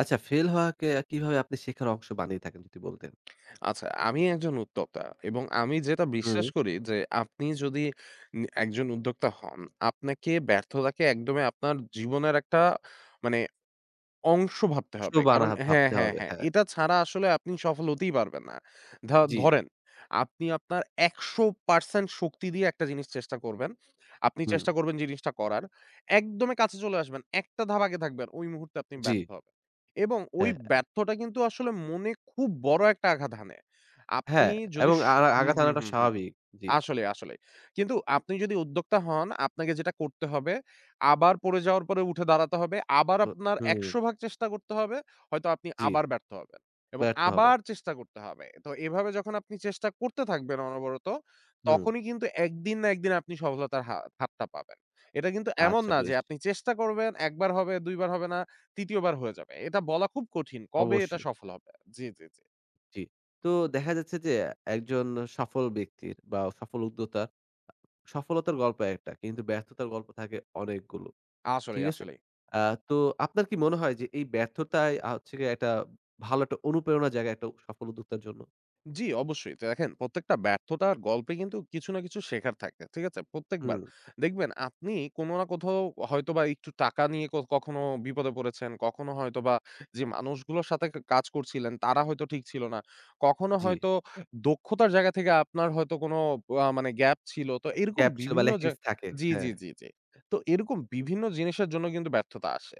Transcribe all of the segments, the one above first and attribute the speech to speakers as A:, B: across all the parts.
A: আচ্ছা, ফেল হওয়াকে কিভাবে আপনি শেখার অংশ বানিয়ে থাকেন, যদি বলতেন?
B: আচ্ছা, আমি একজন উদ্যোক্তা এবং আমি যেটা
A: হুম।
B: বিশ্বাস করি যে আপনি যদি একজন উদ্যোক্তা হন, আপনাকে ব্যর্থতাকে একদমই আপনার জীবনের একটা মানে অংশ ভাবতে
A: শুধু
B: হবে। কারণ হ্যাঁ,
A: ভাবতে
B: হ্যাঁ,
A: হবে।
B: হ্যাঁ।
A: হ্যাঁ,
B: এটা ছাড়া আসলে আপনি সফল হতেই পারবেন না। ধা
A: জি,
B: ধরেন আপনি আপনার ১০০% শক্তি দিয়ে একটা জিনিস চেষ্টা করবেন। আপনি
A: হুম।
B: চেষ্টা করবেন জিনিসটা করার। একদমই কাছে চলে আসবেন। একটা ধাপ আগে থাকবেন। ওই মুহূর্তে আপনি
A: জি,
B: ব্যর্থ হবেন। এবং ওই
A: হ্যাঁ,
B: ব্যর্থটা কিন্তু আসলে মনে খুব বড় একটা আঘাত হানে। আপনি
A: হ্যাঁ,
B: যদি
A: এবং
B: স হুম,
A: আঘাত
B: হুম,
A: আনাটা
B: হুম, হুম।
A: স্বাভাবিক। জি,
B: আসলে, আসলে। কিন্তু আপনি যদি উদ্যোক্তা হন, আপনাকে যেটা করতে হবে, আবার পড়ে যাওয়ার পরে উঠে দাঁড়াতে হবে। আবার
A: তো
B: আপনার
A: হুম,
B: ১০০ ভাগ চেষ্টা করতে হবে। হয়তো আপনি
A: জি,
B: আবার ব্যর্থ হবেন এবং
A: ব্যর্থ হবেন।
B: আবার চেষ্টা করতে হবে। তো এভাবে যখন আপনি চেষ্টা করতে থাকবেন অনবরত,
A: হুম,
B: তখনই কিন্তু একদিন না একদিন আপনি সফলতার হাতটা পাবেন। এটা কিন্তু এমন
A: আচ্ছা,
B: না যে
A: বেশ।
B: আপনি চেষ্টা করবেন, ১ বার হবে, ২ বার হবে না, ৩য় বার হয়ে যাবে। এটা বলা খুব কঠিন। কবে এটা
A: অবশ্যই,
B: সফল হবে? জি, জি, জি।
A: জি। তো দেখা যাচ্ছে যে একজন সফল ব্যক্তির বা সফল উদ্যোক্তার সফলতার গল্প একটা, কিন্তু ব্যর্থতার গল্প থাকে অনেকগুলো।
B: আসলেই,
A: ঠিক আছে?
B: আসলেই।
A: আ তো আপনার কি মনে হয় যে এই ব্যর্থতায় হচ্ছে গিয়ে একটা ভালো একটা অনুপ্রেরণার জায়গা একটা সফল উদ্যোক্তার জন্য?
B: জি, অবশ্যই। তো দেখেন, প্রত্যেকটা ব্যর্থতার গল্পে কিন্তু কিছু না কিছু শেখার থাকে। ঠিক আছে? প্রত্যেকবার
A: হুম,
B: দেখবেন আপনি কোনো না কোথাও হয়তোবা একটু টাকা নিয়ে কখনো বিপদে পড়েছেন, কখনো হয়তোবা যে মানুষগুলোর সাথে কাজ করছিলেন তারা হয়তো ঠিক ছিল না। কখনো
A: জি।
B: হয়তো দক্ষতার জায়গা থেকে আপনার হয়তো কোনো আ মানে গ্যাপ ছিল। তো এরকম
A: গ্যাপ ছিল বা
B: বিভিন্ন
A: ল্যাকিংস থাকে।
B: জি, জি,
A: হ্যাঁ,
B: জি, জি। তো এরকম বিভিন্ন জিনিসের জন্য কিন্তু ব্যর্থতা আসে।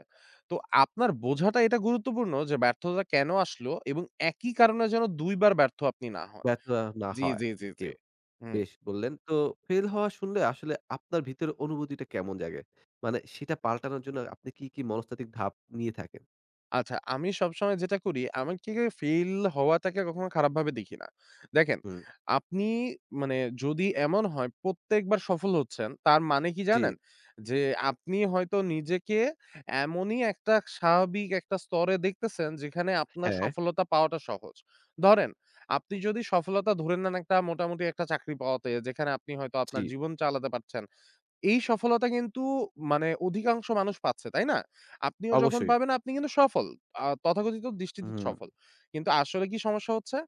B: তো আপনার বোঝাটা এটা গুরুত্বপূর্ণ যে ব্যর্থতা কেন আসলো এবং একই কারণে যেন ২ বার ব্যর্থ আপনি না হন।
A: ব্যর্থ না
B: জি,
A: হয়
B: জি, জি, জি।
A: কেউ।
B: হুম।
A: বেশ বললেন। তো ফেল হওয়া শুনলে আসলে আপনার ভিতরে অনুভূতিটা কেমন জাগে? মানে সেটা পাল্টানোর জন্য আপনি কি, কি মনস্তাত্ত্বিক ধাপ নিয়ে থাকেন?
B: আচ্ছা, আমি সবসময় যেটা করি, আমি ঠিক ফেইল হওয়াটাকে কখনো খারাপভাবে দেখি না। দেখেন,
A: হুম,
B: আপনি মানে যদি এমন হয় প্রত্যেকবার সফল হচ্ছেন, তার মানে কি
A: জি,
B: জানেন? যে আপনি হয়তো নিজেকে এমনই একটা স্বাভাবিক একটা স্তরে দেখতেছেন, যেখানে আপনার
A: হ্যাঁ,
B: সফলতা পাওয়াটা সহজ। ধরেন, আপনি যদি সফলতা ধরে নেন একটা মোটামুটি একটা চাকরি পাওয়াতে, যেখানে আপনি হয়তো
A: জি,
B: আপনার জীবন চালাতে পারছেন। এই সফলতা কিন্তু মানে অধিকাংশ মানুষ পাচ্ছে, তাই না? আপনিও যখন
A: অবশ্যই।
B: পাবেন আপনি কিন্তু সফল। তথাকথিত দৃষ্টিতে
A: হুম,
B: সফল। কিন্তু আসলে কি সমস্যা হচ্ছে?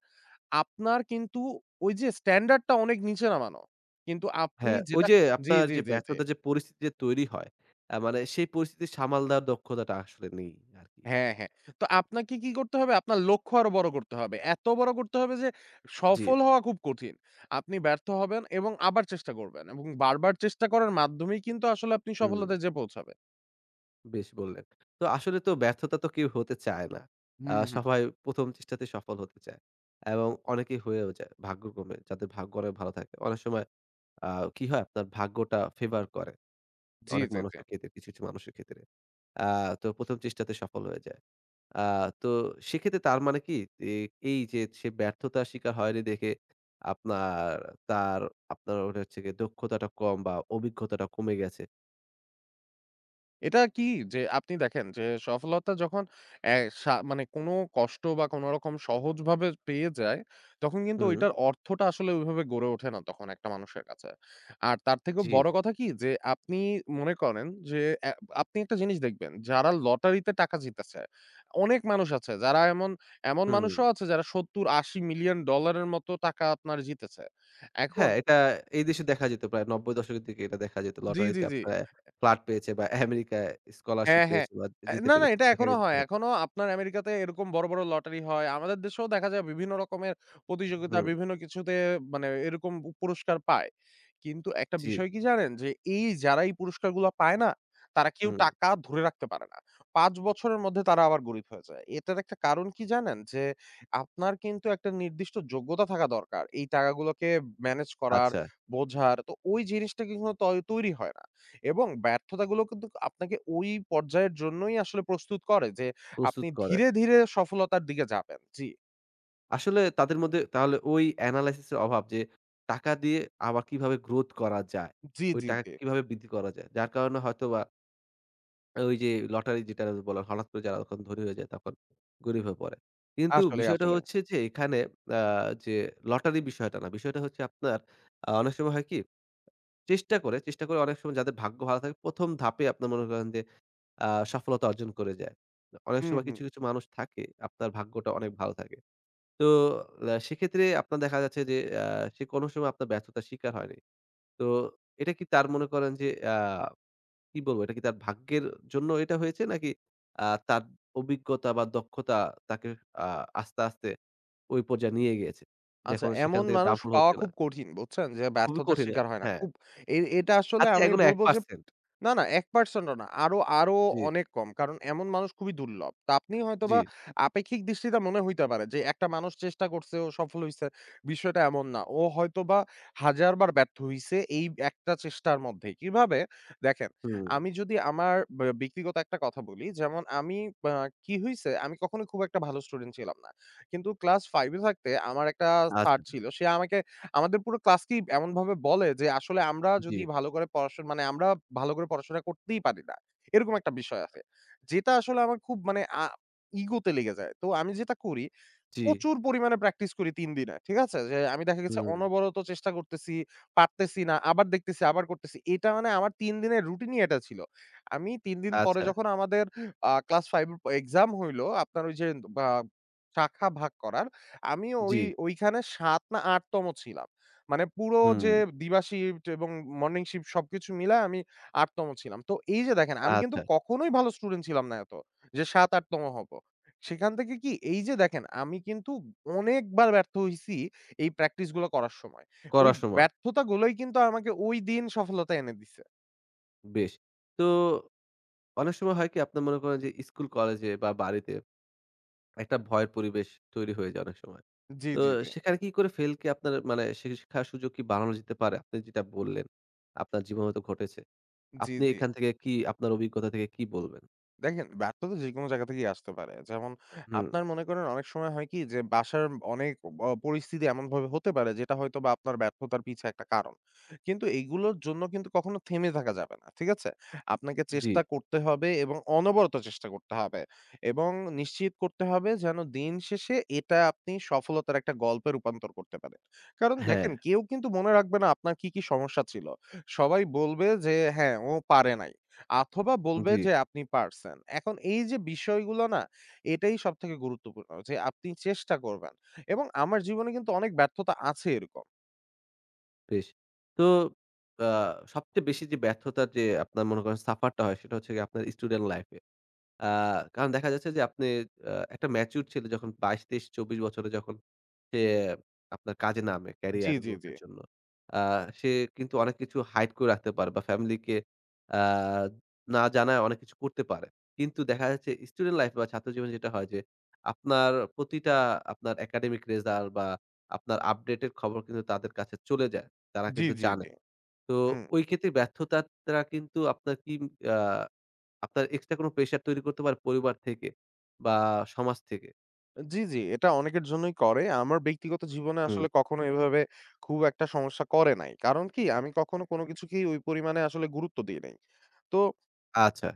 B: আপনার কিন্তু ওই যে স্ট্যান্ডার্ড টা অনেক নিচে নামানো। কিন্তু আপনি
A: হ্যাঁ, ওই
B: যেটা
A: যে
B: জি,
A: আপনার
B: জি,
A: যে
B: জি, জি।
A: ব্যর্থতার যে পরিস্থিতি যে তৈরি হয়, মানে সেই পরিস্থিতি সামাল দেওয়ার দক্ষতাটা আসলে নেই আরকি।
B: হ্যাঁ, হ্যাঁ। তো আপনাকে কি করতে হবে? আপনার লক্ষ্য আরো বড় করতে হবে। এত বড় করতে হবে যে
A: জি,
B: সফল হওয়া খুব কঠিন। আপনি ব্যর্থ হবেন এবং আবার চেষ্টা করবেন এবং বারবার চেষ্টা করার মাধ্যমেই কিন্তু আসলে আপনি
A: হুম,
B: সফলতায় যেয়ে পৌঁছাবেন।
A: বেশ বললেন। তো আসলে তো ব্যর্থতা তো কেউ হতে চায় না।
B: হুম, হুম।
A: সবাই ১ম চেষ্টাতেই সফল হতে চায় এবং অনেকেই হয়েও যায় ভাগ্যক্রমে। যাদের ভাগ্য অনেক ভালো থাকে। অনেক সময় আ কি হয়, আপনার ভাগ্যটা ফেভার করে
B: জি,
A: অনেক
B: জি, জি।
A: মানুষের ক্ষেত্রে, কিছু, কিছু মানুষের ক্ষেত্রে। আ তো ১ম চেষ্টাতে সফল হয়ে যায়। আ তো সেক্ষেত্রে তার মানে কি? এ এই যে সে ব্যর্থতার শিকার হয়নি দেখে আপনার, তার, আপনার ওটা হচ্ছে গিয়ে দক্ষতাটা কম বা অভিজ্ঞতাটা কমে গেছে।
B: এটা কি যে আপনি দেখেন যে সফলতা যখন অ্যা সা মানে কোনো কষ্ট বা কোনরকম সহজভাবে পেয়ে যায়, তখন কিন্তু
A: হুম,
B: ঐটার অর্থটা আসলে ওইভাবে গড়ে ওঠে না তখন একটা মানুষের কাছে। আর তার থেকেও
A: জি,
B: বড় কথা কি যে আপনি মনে করেন যে আপনি একটা জিনিস দেখবেন যারা লটারিতে টাকা জিতেছে, অনেক মানুষ আছে যারা এমন, এমন
A: হুম।
B: মানুষও আছে যারা $৭০-৮০ মিলিয়ন ডলারের মতো টাকা আপনার জিতেছে। এখন
A: হ্যাঁ, এটা এই দেশে দেখা যেত প্রায় ৯০ দশকের দিকে এটা দেখা যেত।
B: জি, জি,
A: লটারিতে
B: জি।
A: আপনারা ফ্ল্যাট পেয়েছে বা আমেরিকায় স্কলারশিপ
B: হ্যাঁ, হ্যাঁ।
A: পেয়েছে বা যেতে
B: না, না,
A: পেরেছে।
B: এটা
A: দেখা
B: এখনো
A: গেছে,
B: হয়।
A: হ্যাঁ।
B: এখনো আপনার আমেরিকাতে এরকম বড়, বড় লটারি হয়। আমাদের দেশেও দেখা যায় বিভিন্ন রকমের প্রতিযোগিতা,
A: হুম,
B: বিভিন্ন কিছুতে মানে এরকম পুরস্কার পায়। কিন্তু একটা
A: জি,
B: বিষয় কি জানেন? যে এই যারা এই পুরস্কারগুলা পায় না, তারা কেউ
A: হুম।
B: টাকা ধরে রাখতে পারে না। ৫ বছরের মধ্যে তারা আবার গরিব হয়ে যায়। এটার একটা কারণ কি জানেন? যে আপনার কিন্তু একটা নির্দিষ্ট যোগ্যতা থাকা দরকার। এই টাকাগুলোকে ম্যানেজ করার,
A: আচ্ছা,
B: বোঝার। তো ওই জিনিসটা কিন্তু তৈরি হয় না। এবং ব্যর্থতাগুলো কিন্তু আপনাকে ওই পর্যায়ের জন্যই আসলে প্রস্তুত করে যে আপনি
A: প্রস্তুত করে।
B: ধীরে, ধীরে সফলতার দিকে যাবেন। জি,
A: আসলে তাদের মধ্যে তাহলে ওই এনালাইসিস এর অভাব যে টাকা দিয়ে আবার কিভাবে গ্রোথ করা যায়।
B: জি,
A: ওই
B: জি, জি।
A: টাকাকে কিভাবে বৃদ্ধি করা যায়। যার কারণে হয়তোবা ওই যে লটারি যেটা বলা হয়, হঠাৎ করে যারা যখন ধনী হয়ে যায় তখন গরিব হয়ে পড়ে। কিন্তু
B: আসলেই,
A: বিষয়টা
B: আসলেই।
A: হচ্ছে যে এখানে আ যে লটারি বিষয়টা না। বিষয়টা হচ্ছে আপনার অনেক সময় হয় কি, চেষ্টা করে, চেষ্টা করে অনেক সময় যাদের ভাগ্য ভালো থাকে ১ম ধাপে আপনার মনে করেন যে সফলতা অর্জন করে যায়। অনেক
B: হুম,
A: সময়
B: হুম।
A: কিছু, কিছু মানুষ থাকে আপনার ভাগ্যটা অনেক ভালো থাকে। তো সেক্ষেত্রে আপনার দেখা যাচ্ছে যে আ সে কোনো সময় আপনার ব্যর্থতার শিকার হয়নি। তো এটা কি তার মনে করেন যে আ কি বলবো? এটা কি তার ভাগ্যের জন্য এটা হয়েছে? নাকি তার অভিজ্ঞতা বা দক্ষতা তাকে আ আস্তে, আস্তে ওই পর্যায়ে নিয়ে গিয়েছে। যে
B: আচ্ছা,
A: এখন সেখান
B: এমন
A: থেকে
B: মানুষ
A: ডাম্পল
B: পাওয়া
A: হচ্ছে না।
B: খুব কঠিন বুঝছেন? যে
A: খুবই
B: ব্যর্থতার
A: কঠিন,
B: শিকার হয় না।
A: হ্যাঁ,
B: খুব এটা আসলে
A: হাতে
B: আমি
A: এখনো
B: বলব যে
A: ১%।
B: না, না, ১% ও না। আরো, আরো
A: জি,
B: অনেক কম। কারণ এমন মানুষ খুবই দুর্লভ। তো আপনি
A: জি,
B: হয়তোবা আপেক্ষিক দৃষ্টিতে মনে হইতে পারে যে একটা মানুষ চেষ্টা করছে ও সফল হইছে। বিষয়টা এমন না। ও হয়তোবা ১,০০০ বার ব্যর্থ হইছে এই একটা চেষ্টার মধ্যেই। কিভাবে? দেখেন,
A: হুম,
B: আমি যদি আমার ব্যক্তিগত একটা কথা বলি। যেমন আমি আ কি হইছে? আমি কখনোই খুব একটা ভালো স্টুডেন্ট ছিলাম না। কিন্তু ক্লাস 5 এ থাকতে আমার একটা স্যার
A: আচ্ছা,
B: ছিল। সে আমাকে, আমাদের পুরো ক্লাসকেই এমনভাবে বলে যে আসলে আমরা
A: জি,
B: যদি ভালো করে পড়াশোনা মানে আমরা ভালো করে পড়াশোনা করতেই পারি না। এরকম একটা বিষয় আছে। যেটা আসলে আমার খুব মানে আ ইগোতে লেগে যায়। তো আমি যেটা করি,
A: জি,
B: প্রচুর পরিমাণে প্র্যাকটিস করি ৩ দিনে। ঠিক আছে? যে আমি দেখা গেছে
A: হুম,
B: অনবরত চেষ্টা করতেছি, পারতেছি না, আবার দেখতেছি, আবার করতেছি। এটা মানে আমার ৩ দিনের রুটিনই এটা ছিল। আমি ৩ দিন পরে
A: আচ্ছা,
B: যখন আমাদের ক্লাস 5 এর এক্সাম হইল, আপনার ওই যে বা শাখা ভাগ করার, আমি
A: জি,
B: ওইখানে ৭ না ৮ তম ছিলাম। মানে পুরো
A: হুম,
B: যে দিবা শিফট এবং মর্নিং শিফট সবকিছু মিলায় আমি ৮ তম ছিলাম। তো এই যে দেখেন, আমি কিন্তু
A: আচ্ছা,
B: কখনোই ভালো স্টুডেন্ট ছিলাম না এত, যে ৭, ৮ তম হব। সেখান থেকে কি এই যে দেখেন আমি কিন্তু অনেকবার ব্যর্থ হইছি এই প্র্যাকটিস গুলো করার সময়। ওই
A: করার সময়,
B: ব্যর্থতাগুলোই কিন্তু আমাকে ওই দিন সফলতা এনে দিছে।
A: বেশ। তো অনেক সময় হয় কি, আপনার মনে করেন যে স্কুল, কলেজে বা বাড়িতে একটা ভয়ের পরিবেশ তৈরি হয়ে যায় অনেক সময়।
B: জি,
A: তো
B: জি, জি।
A: সেখানে কি করে ফেলকে আপনার মানে শিক্ষার সুযোগ কি বাড়ানো যেতে পারে? আপনি যেটা বললেন, আপনার জীবনে হয়তো ঘটেছে।
B: জি,
A: আপনি
B: জি।
A: এখান থেকে কি, আপনার অভিজ্ঞতা থেকে কি বলবেন?
B: দেখেন, ব্যর্থতা তো যেকোনো জায়গা থেকেই আসতে পারে। যেমন
A: হুম,
B: আপনার মনে করেন অনেক সময় হয় কি যে বাসার অনেক পরিস্থিতি এমনভাবে হতে পারে যেটা হয়তোবা আপনার ব্যর্থতার পিছে একটা কারণ। কিন্তু এগুলোর জন্য কিন্তু কখনো থেমে থাকা যাবে না। ঠিক আছে? আপনাকে
A: জি,
B: চেষ্টা করতে হবে এবং অনবরত চেষ্টা করতে হবে। এবং নিশ্চিত করতে হবে যেন দিন শেষে এটা আপনি সফলতার একটা গল্পে রূপান্তর করতে পারেন। কারণ
A: হ্যাঁ,
B: দেখেন, কেউ কিন্তু মনে রাখবে না আপনার কি, কি সমস্যা ছিল। সবাই বলবে যে হ্যাঁ, ও পারে নাই। অথবা বলবে
A: জি,
B: যে আপনি পারছেন। এখন এই যে বিষয়গুলো না, এটাই সবথেকে গুরুত্বপূর্ণ যে আপনি চেষ্টা করবেন এবং আমার জীবনে কিন্তু অনেক ব্যর্থতা আছে এরকম।
A: বেশ। তো আ সবচেয়ে বেশি যে ব্যর্থতার যে আপনার মনে করেন সাফারটা হয় সেটা হচ্ছে গিয়ে আপনার স্টুডেন্ট লাইফ এ। আ কারণ দেখা যাচ্ছে যে আপনি একটা ম্যাচিউরড ছেলে যখন ২২, ২৩, ২৪ বছরে যখন সে আপনার কাজে নামে
B: জি,
A: ক্যারিয়ার
B: জি,
A: গ্রোথ
B: জি।
A: এর জন্য, আ সে কিন্তু অনেক কিছু হাইড করে রাখতে পারে বা ফ্যামিলিকে আ না জানায় অনেক কিছু করতে পারে। কিন্তু দেখা যাচ্ছে স্টুডেন্ট লাইফ বা ছাত্র জীবনে যেটা হয় যে আপনার প্রতিটা আপনার একাডেমিক রেজাল্ট বা আপনার আপডেটের খবর কিন্তু তাদের কাছে চলে যায়। তারা
B: জি,
A: কিন্তু
B: জি,
A: জানে।
B: জি।
A: তো
B: হুম।
A: ওই ক্ষেত্রে ব্যর্থতাটা কিন্তু আপনার কি, আ আপনার এক্সট্রা কোনো প্রেশার তৈরি করতে পারে পরিবার থেকে বা সমাজ থেকে।
B: জি, জি, এটা অনেকের জন্যই করে। আমার ব্যক্তিগত জীবনে
A: হুম,
B: আসলে কখনো এভাবে খুব একটা সমস্যা করে নাই। কারণ কি? আমি কখনো কোনো কিছুকেই ওই পরিমাণে আসলে গুরুত্ব দিই নাই। তো
A: আচ্ছা।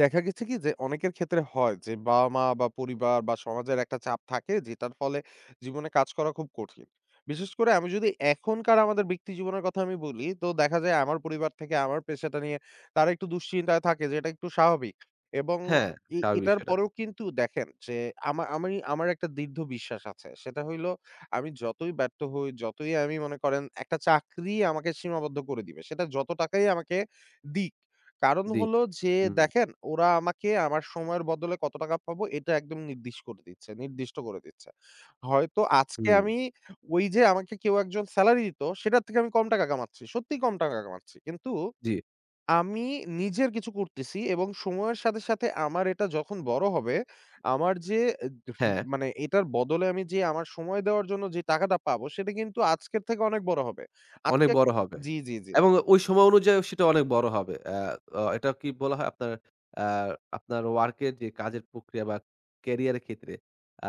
B: দেখা গেছে কি যে অনেকের ক্ষেত্রে হয় যে বাবা-মা বা পরিবার বা সমাজের একটা চাপ থাকে যেটার ফলে জীবনে কাজ করা খুব কঠিন। বিশেষ করে আমি যদি এখনকার আমাদের ব্যক্তি জীবনের কথা আমি বলি, তো দেখা যায় আমার পরিবার থেকে আমার পেশাটা নিয়ে তারা একটু দুশ্চিন্তায় থাকে যেটা একটু স্বাভাবিক। এবং
A: হ্যাঁ,
B: এ
A: স্বাভাবিক
B: এটার
A: সেটা।
B: পরেও কিন্তু দেখেন যে আমি, আমার একটা দৃঢ় বিশ্বাস আছে। সেটা হইলো আমি যতই ব্যর্থ হই, যতই আমি মনে করেন একটা চাকরি আমাকে সীমাবদ্ধ করে দিবে। সেটা যত টাকাই আমাকে দিক। কারণ
A: জি,
B: হলো যে
A: হুম,
B: দেখেন, ওরা আমাকে আমার সময়ের বদলে কত টাকা পাবো এটা একদম নির্দিষ্ট করে দিচ্ছে। হয়তো আজকে
A: হুম,
B: আমি ওই যে আমাকে কেউ একজন সেলারি দিত সেটার থেকে আমি কম টাকা কামাচ্ছি। সত্যিই কম টাকা কামাচ্ছি। কিন্তু
A: জি,
B: আমি নিজের কিছু করতেছি এবং সময়ের সাথে, সাথে আমার এটা যখন বড় হবে, আমার যে আহ, রি
A: হ্যাঁ,
B: মানে এটার বদলে আমি যে আমার সময় দেওয়ার জন্য যে টাকাটা পাবো সেটা কিন্তু আজকের থেকে অনেক বড় হবে।
A: অনেক
B: আজকে
A: বড় হবে
B: জি, জি, জি।
A: এবং ওই সময় অনুযায়ী সেটা অনেক বড় হবে। আ অ এটা কি বলা হয় আপনার আ আপনার ওয়ার্ক এর যে কাজের প্রক্রিয়া বা ক্যারিয়ার এর ক্ষেত্রে আ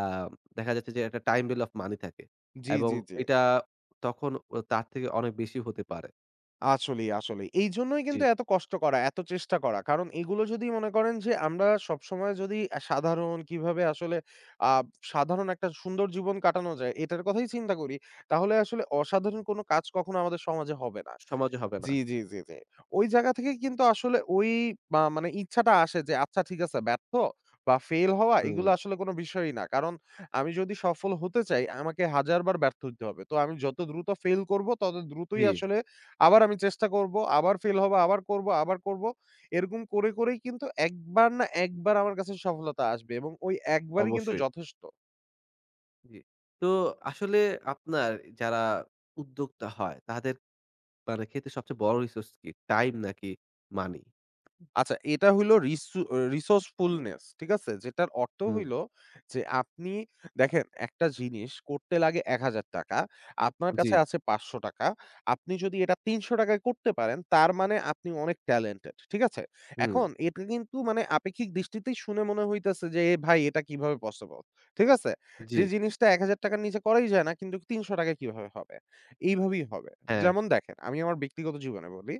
A: দেখা যাচ্ছে যে একটা টাইম ভ্যালু অফ মানি থাকে
B: জি,
A: এবং
B: জি, জি।
A: এটা তখন ও তার থেকে অনেক বেশি হতে পারে।
B: আসলেই, আসলেই। এইজন্যই
A: জি,
B: কিন্তু এত কষ্ট করা, এত চেষ্টা করা। কারণ এগুলো যদি মনে করেন যে আমরা সবসময় যদি সাধারণ কিভাবে আসলে আ সাধারণ একটা সুন্দর জীবন কাটানো যায় এটার কথাই চিন্তা করি, তাহলে আসলে অসাধারণ কোনো কাজ কখনো আমাদের সমাজে হবে না।
A: সমাজে হবে না।
B: জি, জি, জি, জি। ওই জায়গা থেকে কিন্তু আসলে ওই মা মানে ইচ্ছাটা আসে যে আচ্ছা ঠিক আছে, ব্যর্থ বা ফেইল হওয়া
A: হুম,
B: এগুলো আসলে কোনো বিষয়ই না। কারণ আমি যদি সফল হতে চাই আমাকে ১,০০০ বার ব্যর্থ হইতে হবে। তো আমি যত দ্রুত ফেইল করব তত দ্রুতই
A: জি,
B: আসলে আবার আমি চেষ্টা করব, আবার ফেইল হব, আবার করব, আবার করব। এরকম করে, করেই কিন্তু একবার না একবার আমার কাছে সফলতা আসবে এবং ওই একবারই কিন্তু
A: অবশ্যই।
B: যথেষ্ট।
A: জি। তো আসলে আপনার যারা উদ্যোক্তা হয় তাদের মানে ক্ষেত্রে সবচেয়ে বড় রিসোর্স কি? টাইম নাকি মানি?
B: আচ্ছা, এটা হইলো resourcefulness, ঠিক আছে? যেটার অর্থ
A: হুম,
B: হইলো যে আপনি দেখেন একটা জিনিস করতে লাগে ৳১,০০০, আপনার
A: জি,
B: কাছে আছে ৳৫০০। আপনি যদি এটা ৳৩০০ য় করতে পারেন তার মানে আপনি অনেক ট্যালেন্টেড। ঠিক আছে?
A: হুম,
B: এখন এটা কিন্তু মানে আপেক্ষিক দৃষ্টিতেই শুনে মনে হইতেছে যে এ ভাই, এটা কিভাবে পসিবল? ঠিক আছে?
A: জি,
B: যে জিনিসটা ৳১,০০০ র নিচে করাই যায় না কিন্তু ৳৩০০ য় কিভাবে হবে? এইভাবেই হবে।
A: হ্যাঁ,
B: যেমন দেখেন আমি আমার ব্যক্তিগত জীবনে বলি,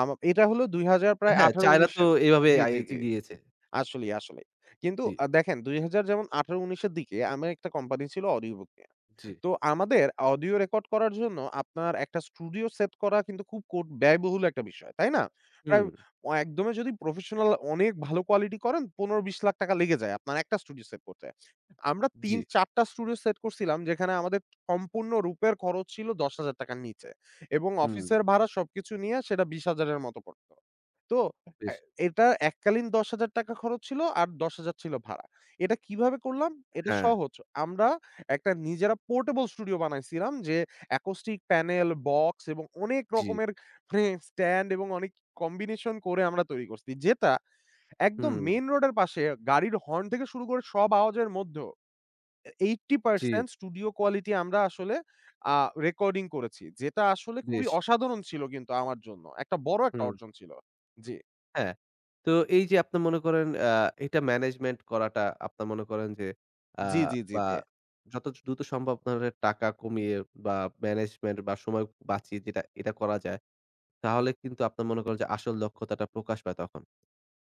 B: এটা হলো ২০০০ প্রায়
A: হ্যাঁ, চায়না
B: ১৮-১৯
A: তো
B: এর।
A: এভাবে
B: জি, জি, জি।
A: এগিয়েছে।
B: আসলেই, আসলেই। কিন্তু
A: জি,
B: দেখেন ২০০০ যেমন ১৮-১৯ এর দিকে আমার একটা কোম্পানি ছিল Audioboo নিয়ে।
A: জি,
B: তো আমাদের অডিও রেকর্ড করার জন্য আপনার একটা স্টুডিও সেট করা কিন্তু খুব কোট ব্যয়বহুল একটা বিষয়, তাই না? প্রায়
A: হুম,
B: একদমই যদি প্রফেশনাল অনেক ভালো কোয়ালিটি করেন ১৫-২০ লাখ টাকা লেগে যায় আপনার একটা স্টুডিও সেট করতে। আমরা
A: জি,
B: ৩-৪ টা স্টুডিও সেট করছিলাম যেখানে আমাদের সম্পূর্ণ রূপের খরচ ছিল ৳১০,০০০ র নিচে এবং
A: হুম,
B: অফিসের ভাড়া সবকিছু নিয়ে সেটা ২০,০০০ এর মতো পড়ত। তো অ্যা
A: বেশ,
B: এটা এককালীন ৳১০,০০০ খরচ ছিল আর ৳১০,০০০ ছিল ভাড়া। এটা কিভাবে করলাম? এটা
A: হ্যাঁ,
B: সহজ। আমরা একটা নিজেরা পোর্টেবল স্টুডিও বানাইছিলাম যে অ্যাকোস্টিক প্যানেল, বক্স এবং অনেক
A: জি,
B: রকমের মানে স্ট্যান্ড এবং অনেক কম্বিনেশন করে আমরা তৈরি করছি। যেটা একদম
A: হুম,
B: মেইন রোডের পাশে গাড়ির হর্ন থেকে শুরু করে সব আওয়াজের মধ্যেও এ
A: জি,
B: 80% স্টুডিও কোয়ালিটি আমরা আসলে আ রেকর্ডিং করেছি। যেটা আসলে খুবই
A: বেশ,
B: অসাধারণ ছিল কিন্তু আমার জন্য। একটা বড় একটা
A: হুম।
B: অর্জন ছিল। জি।
A: হ্যাঁ। তো এই যে আপনার মনে করেন, এটা ম্যানেজমেন্ট করাটা আপনার মনে করেন যে আ
B: জি, জি, জি,
A: বা
B: জি।
A: যত দ্রুত সম্ভব ধরেন টাকা কমিয়ে বা ম্যানেজমেন্ট বা সময় বাঁচিয়ে যেটা এটা করা যায়, তাহলে কিন্তু আপনার মনে করেন যে আসল দক্ষতাটা প্রকাশ পায় তখন।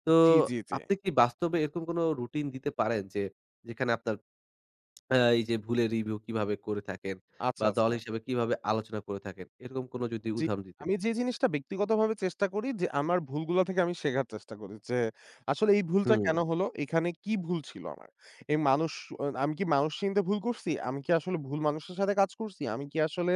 A: তো
B: জি, জি, জি।
A: আপনি কি বাস্তবে এরকম কোনো রুটিন দিতে পারেন যে যেখানে আপনার এই যে ভুলের রিভিউ কিভাবে করে থাকেন
B: আচ্ছা,
A: বা দল
B: আচ্ছা।
A: হিসেবে কিভাবে আলোচনা করে থাকেন? এরকম কোনো যদি
B: জি,
A: উদাহরণ দিতেন।
B: আমি যে জিনিসটা ব্যক্তিগতভাবে চেষ্টা করি যে আমার ভুলগুলা থেকে আমি শেখার চেষ্টা করি। যে আসলে এই ভুলটা
A: হুম,
B: কেন হলো? এখানে কি ভুল ছিল আমার? এই মানুষ আমি কি মানুষ চিনতে ভুল করছি? আমি কি আসলে ভুল মানুষের সাথে কাজ করছি? আমি কি আসলে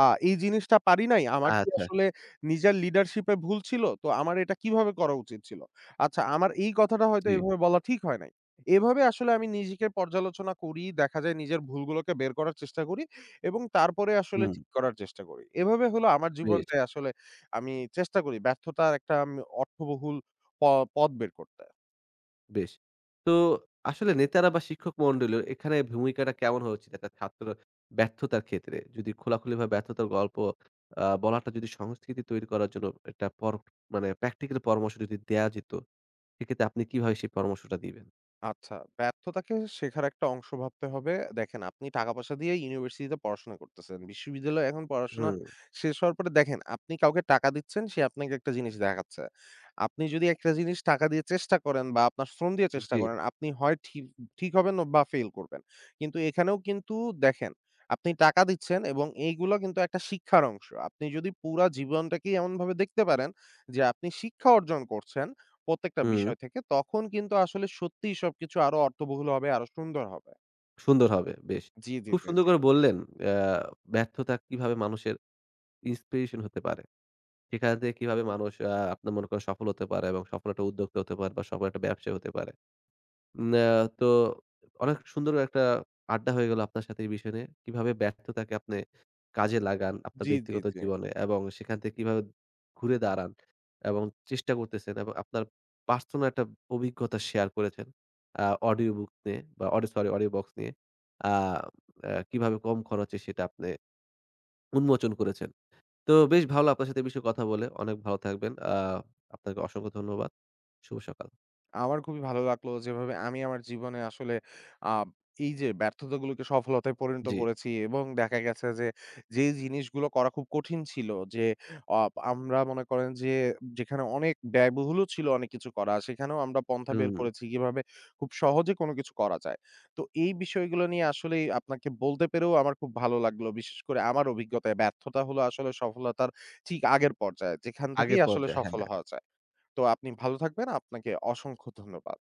B: আ এই জিনিসটা পারি নাই? আমার কি
A: আচ্ছা।
B: আসলে নিজের লিডারশিপ এ ভুল ছিল? তো আমার এটা কিভাবে করা উচিত ছিল? আচ্ছা, আমার এই কথাটা হয়তো
A: জি।
B: এভাবে বলা ঠিক হয় নাই। এভাবে আসলে আমি নিজেকে পর্যালোচনা করি। দেখা যায় নিজের ভুলগুলোকে বের করার চেষ্টা করি। এবং তারপরে আসলে
A: হুম,
B: ঠিক করার চেষ্টা করি। এভাবে হলো আমার
A: বেশ।
B: জীবনটায় আসলে আমি চেষ্টা করি ব্যর্থতার একটা অর্থবহুল প পথ বের করতে।
A: বেশ। তো আসলে নেতারা বা শিক্ষক মন্ডলীর এখানে ভূমিকাটা কেমন হওয়া উচিত একটা ছাত্র ব্যর্থতার ক্ষেত্রে? যদি খোলাখুলিভাবে ব্যর্থতার গল্প বলাটা যদি সংস্কৃতি তৈরি করার জন্য একটা মানে প্র্যাকটিক্যাল পরামর্শ যদি দেয়া যেত, সেক্ষেত্রে আপনি কিভাবে সেই পরামর্শটা দিবেন?
B: আচ্ছা, ব্যর্থতাকে শেখার একটা অংশ ভাবতে হবে। দেখেন, আপনি টাকা-পয়সা দিয়ে ইউনিভার্সিটিতে পড়াশোনা করতেছেন। বিশ্ববিদ্যালয়ে এখন পড়াশোনা
A: হুম,
B: শেষ হওয়ার পরে দেখেন, আপনি কাউকে টাকা দিচ্ছেন, সে আপনাকে একটা জিনিস দেখাচ্ছে। আপনি যদি একটা জিনিস টাকা দিয়ে চেষ্টা করেন বা আপনার শ্রম দিয়ে চেষ্টা
A: জি,
B: করেন, আপনি হয় ঠিক ঠিক হবেন বা ফেইল করবেন। কিন্তু এখানেও কিন্তু দেখেন, আপনি টাকা দিচ্ছেন এবং এইগুলো কিন্তু একটা শিক্ষার অংশ। আপনি যদি পুরা জীবনটাকেই এমনভাবে দেখতে পারেন যে আপনি শিক্ষা অর্জন করছেন প্রত্যেকটা
A: হুম,
B: বিষয় থেকে। তখন কিন্তু আসলে সত্যিই সবকিছু আরো অর্থবহুল হবে, আরো সুন্দর হবে।
A: সুন্দর হবে, বেশ।
B: জি, জি,
A: খুব
B: জি,
A: সুন্দর
B: জি।
A: করে বললেন আ ব্যর্থতা কিভাবে মানুষের ইন্সপিরেশন হতে পারে। সেখান থেকে কিভাবে মানুষ আপনার মনে করেন সফল হতে পারে এবং সফল একটা উদ্যোক্তা হতে পারে বা সফল একটা ব্যবসায়ী হতে পারে। উম আ তো অনেক সুন্দর একটা আড্ডা হয়ে গেল আপনার সাথে এই বিষয় নিয়ে। কিভাবে ব্যর্থতাকে আপনি কাজে লাগান আপনার
B: জি, জি,
A: ব্যক্তিগত
B: জি।
A: জীবনে এবং সেখান থেকে কিভাবে ঘুরে দাঁড়ান এবং চেষ্টা করতেছেন এবং আপনার পার্সোনাল একটা অভিজ্ঞতা শেয়ার করেছেন। আ অডিও বুক নিয়ে বা সরি, অডিও বক্স নিয়ে। আ আ কিভাবে কম খরচে সেটা আপনি উন্মোচন করেছেন। তো বেশ ভালো লাগলো আপনার সাথে এ বিষয়ে কথা বলে। অনেক ভালো থাকবেন। আপনাকে অসংখ্য ধন্যবাদ। শুভ সকাল।
B: আমার খুবই ভালো লাগলো যেভাবে আমি আমার জীবনে আসলে আ এই যে ব্যর্থতাগুলোকে সফলতায় পরিণত
A: জি।
B: করেছি এবং দেখা গেছে যে, যে জিনিসগুলো করা খুব কঠিন ছিল যে অ আমরা মনে করেন যে যেখানে অনেক ব্যয়বহুলও ছিল অনেক কিছু করা সেখানেও আমরা পন্থা বের
A: হুম,
B: করেছি কিভাবে খুব সহজে কোনো কিছু করা যায়। তো এই বিষয়গুলো নিয়ে আসলেই আপনাকে বলতে পেরেও আমার খুব ভালো লাগলো। বিশেষ করে আমার অভিজ্ঞতায় ব্যর্থতা হলো আসলে সফলতার ঠিক আগের পর্যায়ে যেখান থেকেই
A: আগের
B: আসলে
A: পর্যায়ে। হ্যাঁ।
B: সফল হওয়া যায়। তো আপনি ভালো থাকবেন। আপনাকে অসংখ্য ধন্যবাদ।